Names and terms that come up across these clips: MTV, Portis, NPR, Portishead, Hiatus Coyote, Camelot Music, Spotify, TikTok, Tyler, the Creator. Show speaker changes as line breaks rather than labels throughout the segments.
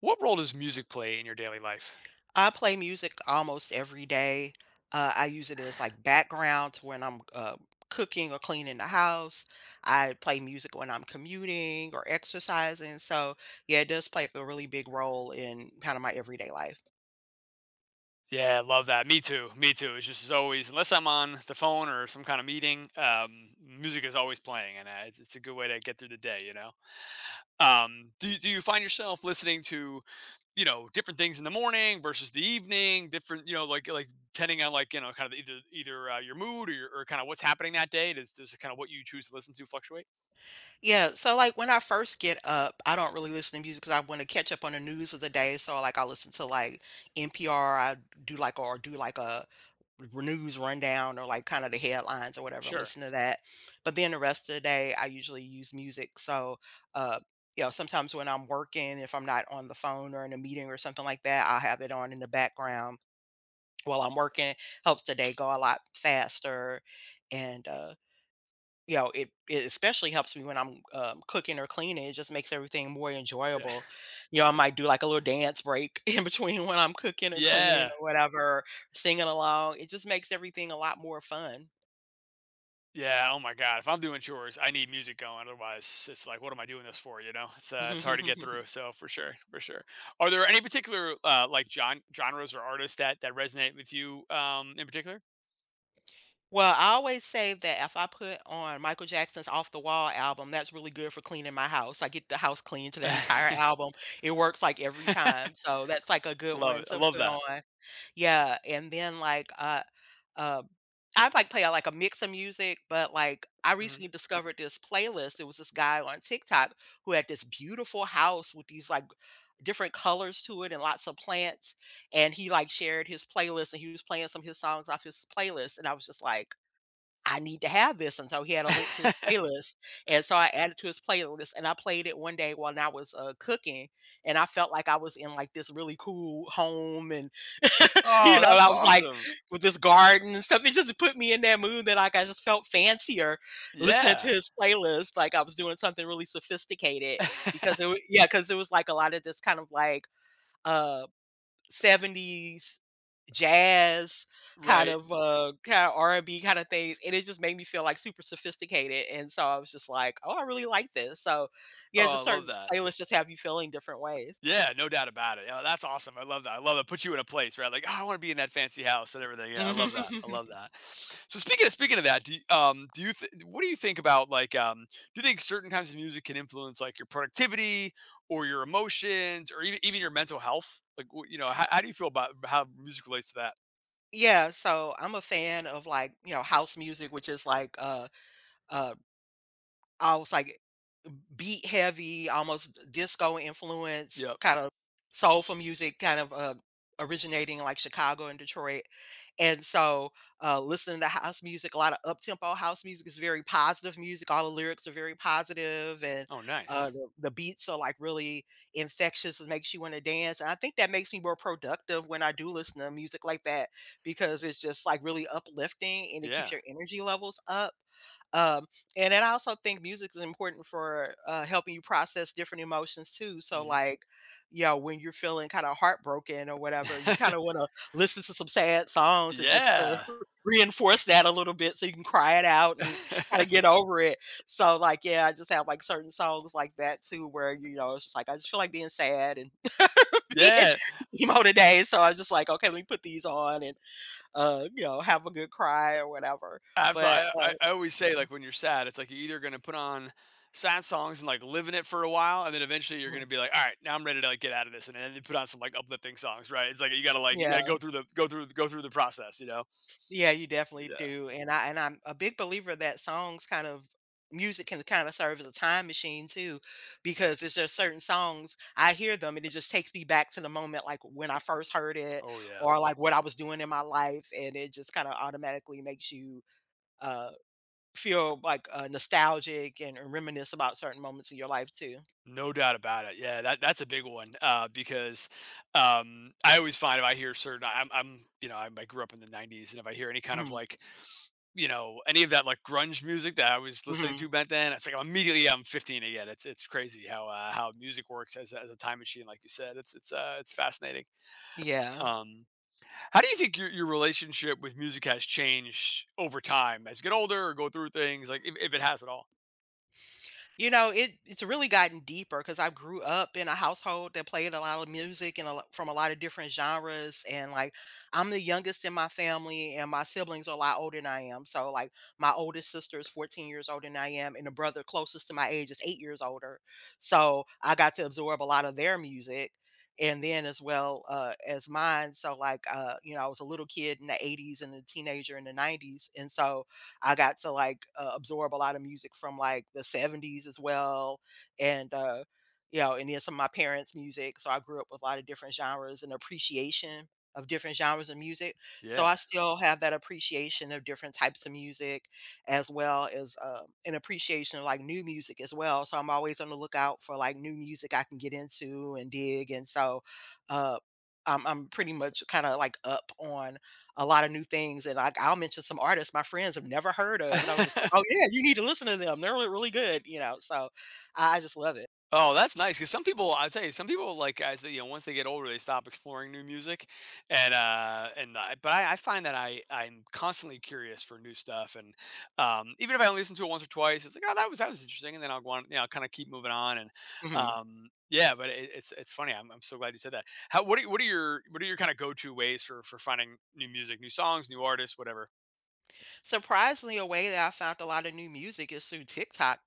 What role does music play in your daily life?
I play music almost every day. I use it as like background to when I'm cooking or cleaning the house. I play music when I'm commuting or exercising. So yeah, it does play a really big role in kind of my everyday life.
Yeah, I love that. Me too. Me too. It's just as always, unless I'm on the phone or some kind of meeting, music is always playing, and it's a good way to get through the day. Do you find yourself listening to different things in the morning versus the evening? Different, like depending on kind of either your mood, or kind of what's happening that day. Does kind of what you choose to listen to fluctuate?
Yeah. So like when I first get up, I don't really listen to music because I want to catch up on the news of the day. So like I listen to like NPR. I do like a news rundown or like kind of the headlines or whatever and
Sure.
listen to that. But then the rest of the day, I usually use music. So, uh, you know, sometimes when I'm working, if I'm not on the phone or in a meeting or something like that, I'll have it on in the background while I'm working. Helps the day go a lot faster. And you know, it especially helps me when I'm, cooking or cleaning, it just makes everything more
Yeah.
enjoyable. You know, I might do, like, a little dance break in between when I'm cooking or cleaning
Yeah.
or whatever, singing along. It just makes everything a lot more fun.
Yeah, oh my god. If I'm doing chores, I need music going. Otherwise, it's like, what am I doing this for? It's hard to get through. So for sure, for sure. Are there any particular like genres or artists that resonate with you, in particular?
Well, I always say that if I put on Michael Jackson's Off the Wall album, that's really good for cleaning my house. I get the house clean to that entire album. It works, like, every time, so that's, like, a good
Love
one
it. I
to
love
put
that.
on. Yeah, and then, like, uh I like play, like, a mix of music, but, like, I
Mhm.
recently discovered this playlist. There was this guy on TikTok who had this beautiful house with these, like, different colors to it and lots of plants, and he, like, shared his playlist, and he was playing some of his songs off his playlist, and I was just like, I need to have this, and so he had a link to his playlist, and so I added to his playlist, and I played it one day when I was, cooking, and I felt like I was in, like, this really cool home and, you
Oh,
know,
that's
I was, like,
awesome.
with this garden and stuff, it just put me in that mood that, like, I just felt fancier listening to
Yeah.
his playlist, like I was doing something really sophisticated because it wa yeah, because it was, like, a lot of this kind of, like, uh 70s jazz kind
Right.
of, kinda R&B kinda things, and it just made me feel, like, super sophisticated, and so I was just like, "Oh, I really like this." So, yeah,
Oh, I
just
love
certain
that.
playlists just have you feeling different ways.
Yeah, no doubt about it. Yeah, that's awesome. I love that. I love it. Put you in a place, right? Like, oh, I want to be in that fancy house and everything. Yeah, I
Mhm.
love that. I love that. So speaking of that, do you, do you what do you think about like, do you think certain kinds of music can influence like your productivity or your emotions or even your mental health? Like, you know, how do you feel about how music relates to that?
Yeah, so I'm a fan of, like, you know, house music, which is like, uh, I was like beat heavy, almost disco influence,
Yep.
kind of soulful music, kind of originating in, like, Chicago and Detroit. And so, listening to house music, a lot of up tempo house music is very positive music. All the lyrics are very positive, and
Oh, nice.
the beats are like really infectious and makes you want to dance. And I think that makes me more productive when I do listen to music like that because it's just like really uplifting and it keeps
Yeah.
your energy levels up, um, and then I also think music is important for helping you process different emotions too. So,
Hmm.
like, you know, when you're feeling kind of heartbroken or whatever, you kind of want to listen to some sad songs and just to
Yeah.
reinforce that a little bit so you can cry it out and kind of get over it. So, like, yeah, I just have like certain songs like that too, where, you know, it's just like, I just feel like being sad and being
Yeah.
emo today. So I was just like, okay, let me put these on and, you know, have a good cry or whatever.
Absolutely.
But,
I, I I always
yeah.
say like when you're sad, it's like you're either gonna put on sad songs and like live in it for a while, and then eventually you're
Mhm.
gonna be like, all right, now I'm ready to like get out of this, and then you put on some like uplifting songs, right? It's like you gotta
Yeah.
go through the go through the process, you know?
Yeah, you definitely
Yeah.
do, and I'm a big believer that songs kind of music can kind of serve as a time machine too, because it's just certain songs I hear them and it just takes me back to the moment like when I first heard it
Oh yeah.
or like what I was doing in my life, and it just kind of automatically makes you uh, feel like nostalgic and reminisce about certain moments in your life too.
No doubt about it. Yeah, that that's a big one because, I always find if I hear certain, I'm you know I grew up in the '90s, and if I hear any kind of
Hmm.
like you know, any of that, like, grunge music that I was listening
Hmm.
to back then, it's like immediately I'm 15 again. It's crazy how music works as a time machine, like you said. It's fascinating.
Yeah.
Um, how do you think your relationship with music has changed over time as you get older or go through things, like, if it has at all?
You know, it it's really gotten deeper because I grew up in a household that played a lot of music and a lot from a lot of different genres, and, like, I'm the youngest in my family, and my siblings are a lot older than I am, so, like, my oldest sister is 14 years older than I am, and the brother closest to my age is 8 years older, so I got to absorb a lot of their music, and then as well, as mine, so, like, you know, I was a little kid in the '80s and a teenager in the '90s, and so I got to like absorb a lot of music from like the '70s as well. And, you know, and then some of my parents' music. So I grew up with a lot of different genres and appreciation of different genres of music. So
Yeah.
I still have that appreciation of different types of music as well as an appreciation of like new music as well. So I'm always on the lookout for like new music I can get into and dig. And so uh, I'm pretty much kind of like up on a lot of new things, and, like, I'll mention some artists my friends have never heard of, and I was just like, "Oh, yeah, you need to listen to them. They're really, really good," you know, so I just love it.
Oh, that's nice. Because some people, I tell you, some people, like, as they you know, once they get older, they stop exploring new music, and I find that I'm constantly curious for new stuff, and, even if I only listen to it once or twice, it's like, "Oh, that was interesting," and then I'll go on, you know, kinda keep moving on, and,
Mhm.
um yeah, but it's funny, I'm so glad you said that. How what are your kinda go-to ways for finding new music, new songs, new artists, whatever?
Surprisingly, a way that I found a lot of new music is through TikTok.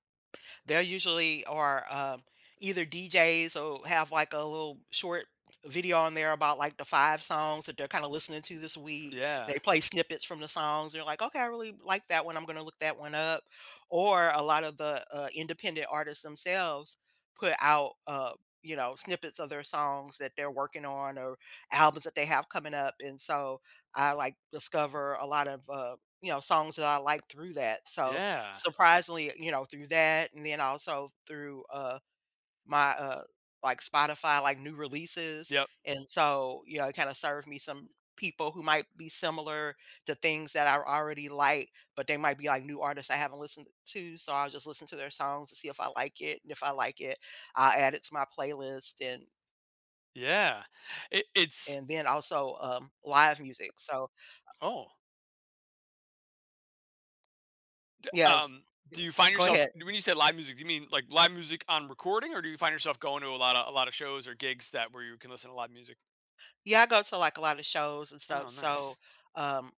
They're usually are either DJs or have like a little short video on there about like the 5 songs that they're kind of listening to this week.
Yeah.
They play snippets from the songs. They're like, okay, I really like that one. I'm going to look that one up. Or a lot of the independent artists themselves put out, you know, snippets of their songs that they're working on or albums that they have coming up. And so I like discover a lot of, you know, songs that I like through that. So
Yeah.
surprisingly, you know, through that, and then also through, my, like, Spotify, like, new releases,
Yep.
and so, you know, it kinda served me some people who might be similar to things that I already like, but they might be, like, new artists I haven't listened to, so I'll just listen to their songs to see if I like it, and if I like it, I'll add it to my playlist,
Yeah. It it's
and then also, live music, so
Oh.
yes.
Um, do you find
Go
yourself
ahead.
when you say live music, do you mean like live music on recording, or do you find yourself going to a lot of shows or gigs that where you can listen to live music?
Yeah, I go to, like, a lot of shows and stuff,
Oh,
so,
nice.
um,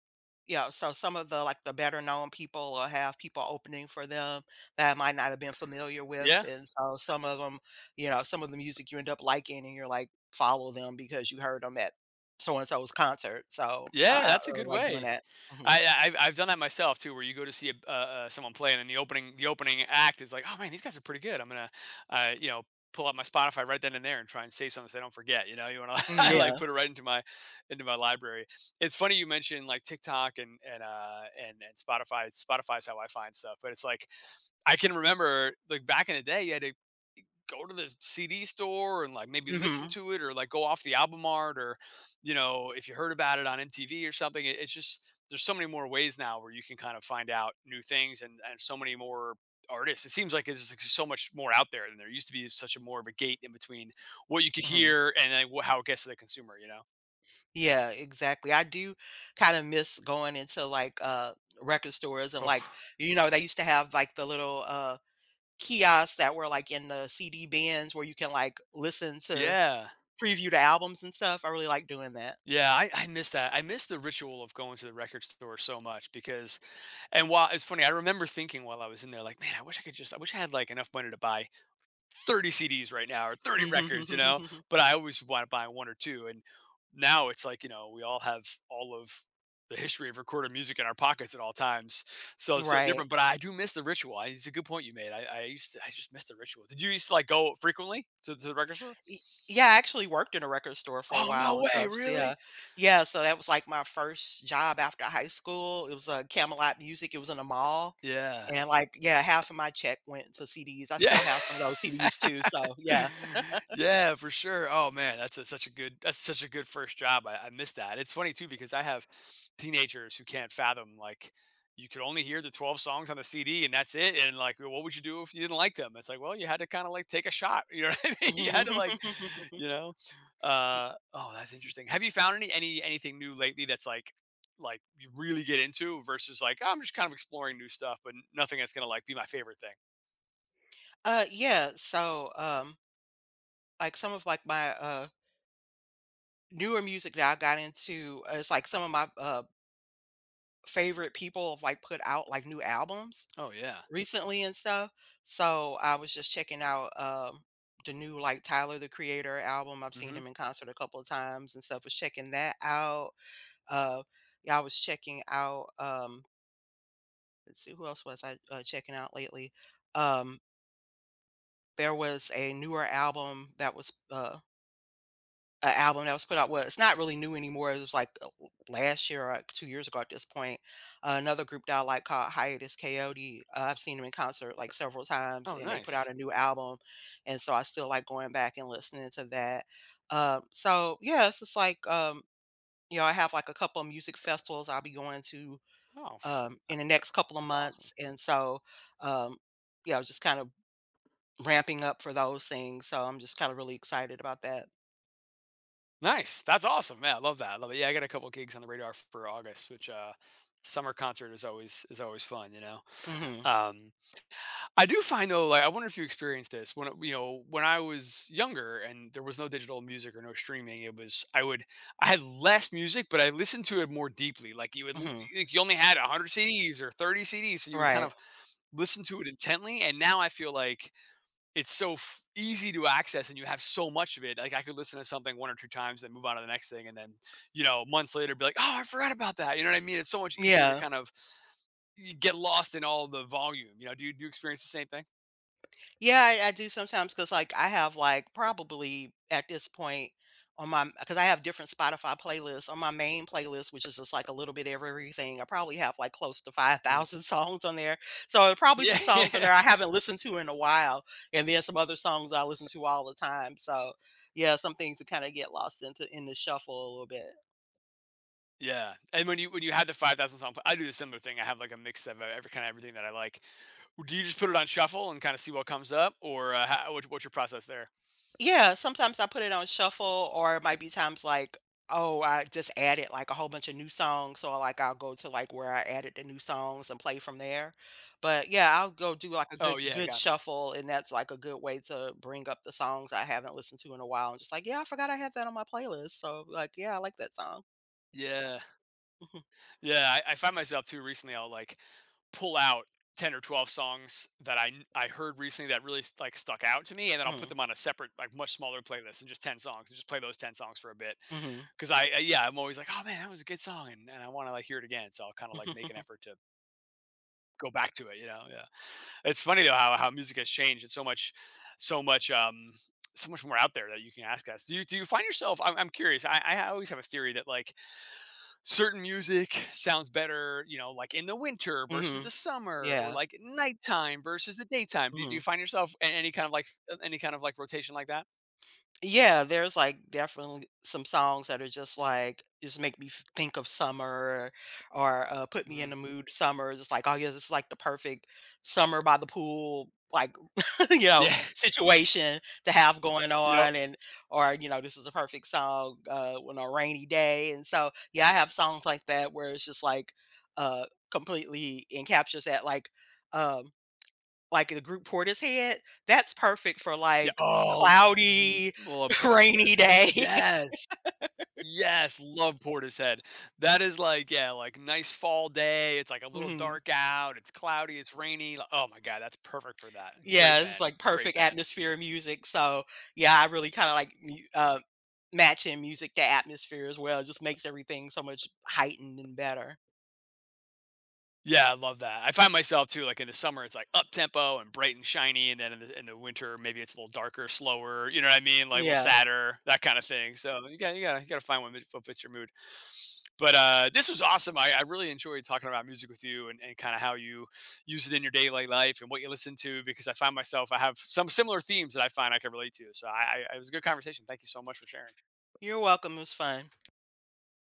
yeah, so some of the, like, the better known people will have people opening for them that I might not have been familiar with,
Yeah,
and so some of them, you know, some of the music you end up liking and you're like, follow them because you heard them at so and so's concert, so
yeah,
I
that's a
really
good
like doing
way.
that. Mhm.
I've done that myself too, where you go to see a, someone play, and then the opening act is like, oh man, these guys are pretty good. I'm gonna, you know, pull out my Spotify right then and there and try and say something so they don't forget. You know, you want
Mm,
to like
yeah.
put it right into my library. It's funny you mentioned like TikTok and and Spotify. Spotify's how I find stuff, but it's like I can remember like back in the day, you had to go to the CD store and like maybe listen
Mhm,
to it or like go off the album art, or you know, if you heard about it on MTV or something. It's just there's so many more ways now where you can kind of find out new things and so many more artists. It seems like there's like, so much more out there than there used to be. Such a more of a gate in between what you could
mhm.
hear and then how it gets to the consumer. You know.
Yeah, exactly. I do kinda miss going into, like, record stores and, like,
Oh,
you know, they used to have, like, the little, kiosks that were, like, in the CD bins where you can, like, listen to
yeah.
preview the albums and stuff. I really like doing that.
Yeah, I miss that. I miss the ritual of going to the record store so much because and while it's funny, I remember thinking while I was in there, like, man, I wish I could just, I wish I had like enough money to buy 30 CDs right now or 30 records, you know,
Mhm.
but I always want to buy one or two. And now it's like, you know, we all have all of the history of recorded music in our pockets at all times. So it's so
Right.
different, but I do miss the ritual. It's a good point you made. I used to, I just miss the ritual. Did you used to like go frequently to the record store?
Y yeah, I actually worked in a record store for a
Oh,
while
no
and
way.
stuff, so yeah.
Really?
Yeah, so that was, like, my first job after high school. It was, Camelot Music, it was in a mall,
Yeah.
and, like, yeah, half of my check went to CDs. I
Yeah.
still have some of those CDs too, so yeah.
Yeah, for sure. Oh man, that's a, such a good that's such a good first job. I miss that. It's funny too because I have teenagers who can't fathom like you could only hear the 12 songs on the CD and that's it. And like, "Well, what would you do if you didn't like them? It's like, well, you had to kind of like take a shot. You know what I mean? You had to like, you know. Oh, that's interesting. Have you found any anything new lately that's like you really get into versus like "Oh, I'm just kind of exploring new stuff, but nothing that's gonna like be my favorite thing.
Yeah, so, like, some of, like, my, newer music that I got into is, like, some of my, favorite people have, like, put out, like, new albums
Oh yeah.
recently and stuff, so I was just checking out, the new, like, Tyler, the Creator album. I've seen
Hmm.
him in concert a couple of times and stuff. Was checking that out. Uh, yeah, I was checking out, let's see, who else was I, checking out lately? Um, there was a newer album that was, an album that was put out, well, it's not really new anymore, it was, like, last year or 2 years ago at this point. Another group that I like called Hiatus Coyote, I've seen them in concert, like, several times,
Oh
and they put out
nice.
a new album, and so I still like going back and listening to that. So, yeah, it's just like, you know, I have, like, a couple of music festivals I'll be going to,
Oh.
in the next couple of
That's awesome.
months, and so, um, yeah, just kind of ramping up for those things, so I'm just kinda really excited about that.
Nice. That's awesome. Yeah, I love that. I love it. Yeah, I got a couple gigs on the radar for August, which summer concert is always fun, you know.
Mhm,
Um, I do find though, like I wonder if you experienced this you know, when I was younger and there was no digital music or no streaming, it was I would I had less music, but I listened to it more deeply. Like you would
mhm,
like you only had 100 CDs or 30 CDs, so you would kind
right.
of listen to it intently, and now I feel like it's so easy to access and you have so much of it, like I could listen to something one or two times then move on to the next thing and then you know months later be like oh I forgot about that, you know what I mean, it's so much easier to
Yeah.
kind of you get lost in all the volume, you know, do you experience the same thing?
Yeah, I do sometimes because, like, I have, like, probably at this point on my, because I have different Spotify playlists on my main playlist, which is just like a little bit of everything. I probably have like close to
Mhm.
5,000 songs on there. So, there are probably
Yeah.
some songs on
Yeah.
there I haven't listened to in a while. And then some other songs I listen to all the time. So, yeah, some things that kind of get lost into in the shuffle a little bit.
Yeah, and when you had the 5,000 song, I do the similar thing, I have like a mix of every kind of everything that I like. Do you just put it on shuffle and kind of see what comes up, or what's your process there?
Yeah, sometimes I put it on shuffle, or it might be times like, oh, I just added like a whole bunch of new songs. So like I'll go to like where I added the new songs and play from there. But yeah, I'll go do like a
Oh yeah,
good
gotcha.
shuffle, and that's like a good way to bring up the songs I haven't listened to in a while. And just like, yeah, I forgot I had that on my playlist. So like, yeah, I like that song.
Yeah. Yeah, I find myself too recently. I'll like pull out 10 or 12 songs that I heard recently that really like stuck out to me, and then I'll put
Hmm.
them on a separate, like much smaller playlist and just ten songs, and just play those ten songs for a bit.
Hmm.
Because I yeah, I'm always like, oh man, that was a good song, and I want to like hear it again. So I'll kind of like make an
Hmm.
effort to go back to it. You know, yeah. It's funny though how music has changed. It's so much, so much, so much more out there that you can ask us. Do you find yourself? I'm curious. I always have a theory that like certain music sounds better, you know, like in the winter versus
Hmm.
the summer or
Yeah.
like nighttime versus the daytime. Do, do
Mm-hmm.
you find yourself in any kind of like any kind of like rotation like that?
Yeah, there's, like, definitely some songs that are just, like, just make me f think of summer or, put me in
Hmm.
the mood summer, just like, "Oh, yeah, it's like, the perfect summer by the pool," like, you know,
Yeah.
situation to have going
Yep.
on, and or, you know, "This is the perfect song, when on a rainy day," and so, yeah, I have songs like that where it's just, like, uh, completely encaptures that, um like, the group Portis had, that's perfect for,
Yeah.
like,
Oh,
cloudy,
love Portishead.
rainy day.
Yes. Yes. Love Portishead. That is like, yeah, like nice fall day. It's like a little
Mhm.
dark out. It's cloudy. It's rainy. Like, oh my God. That's perfect for that. Great
Yeah, it's,
band.
like,
Great
perfect
band.
atmosphere and music, so, yeah, I really kinda like mu matching music to atmosphere as well, it just makes everything so much heightened and better.
Yeah, I love that. I find myself too, like in the summer, it's like up tempo and bright and shiny, and then in the winter, maybe it's a little darker, slower. You know what I mean? Like a little
Yeah.
sadder, that kind of thing. So you got to find one that fits your mood. But this was awesome. I really enjoyed talking about music with you and kind of how you use it in your daily life and what you listen to because I find myself I have some similar themes that I find I can relate to. So I it was a good conversation. Thank you so much for sharing.
You're welcome, it was fun.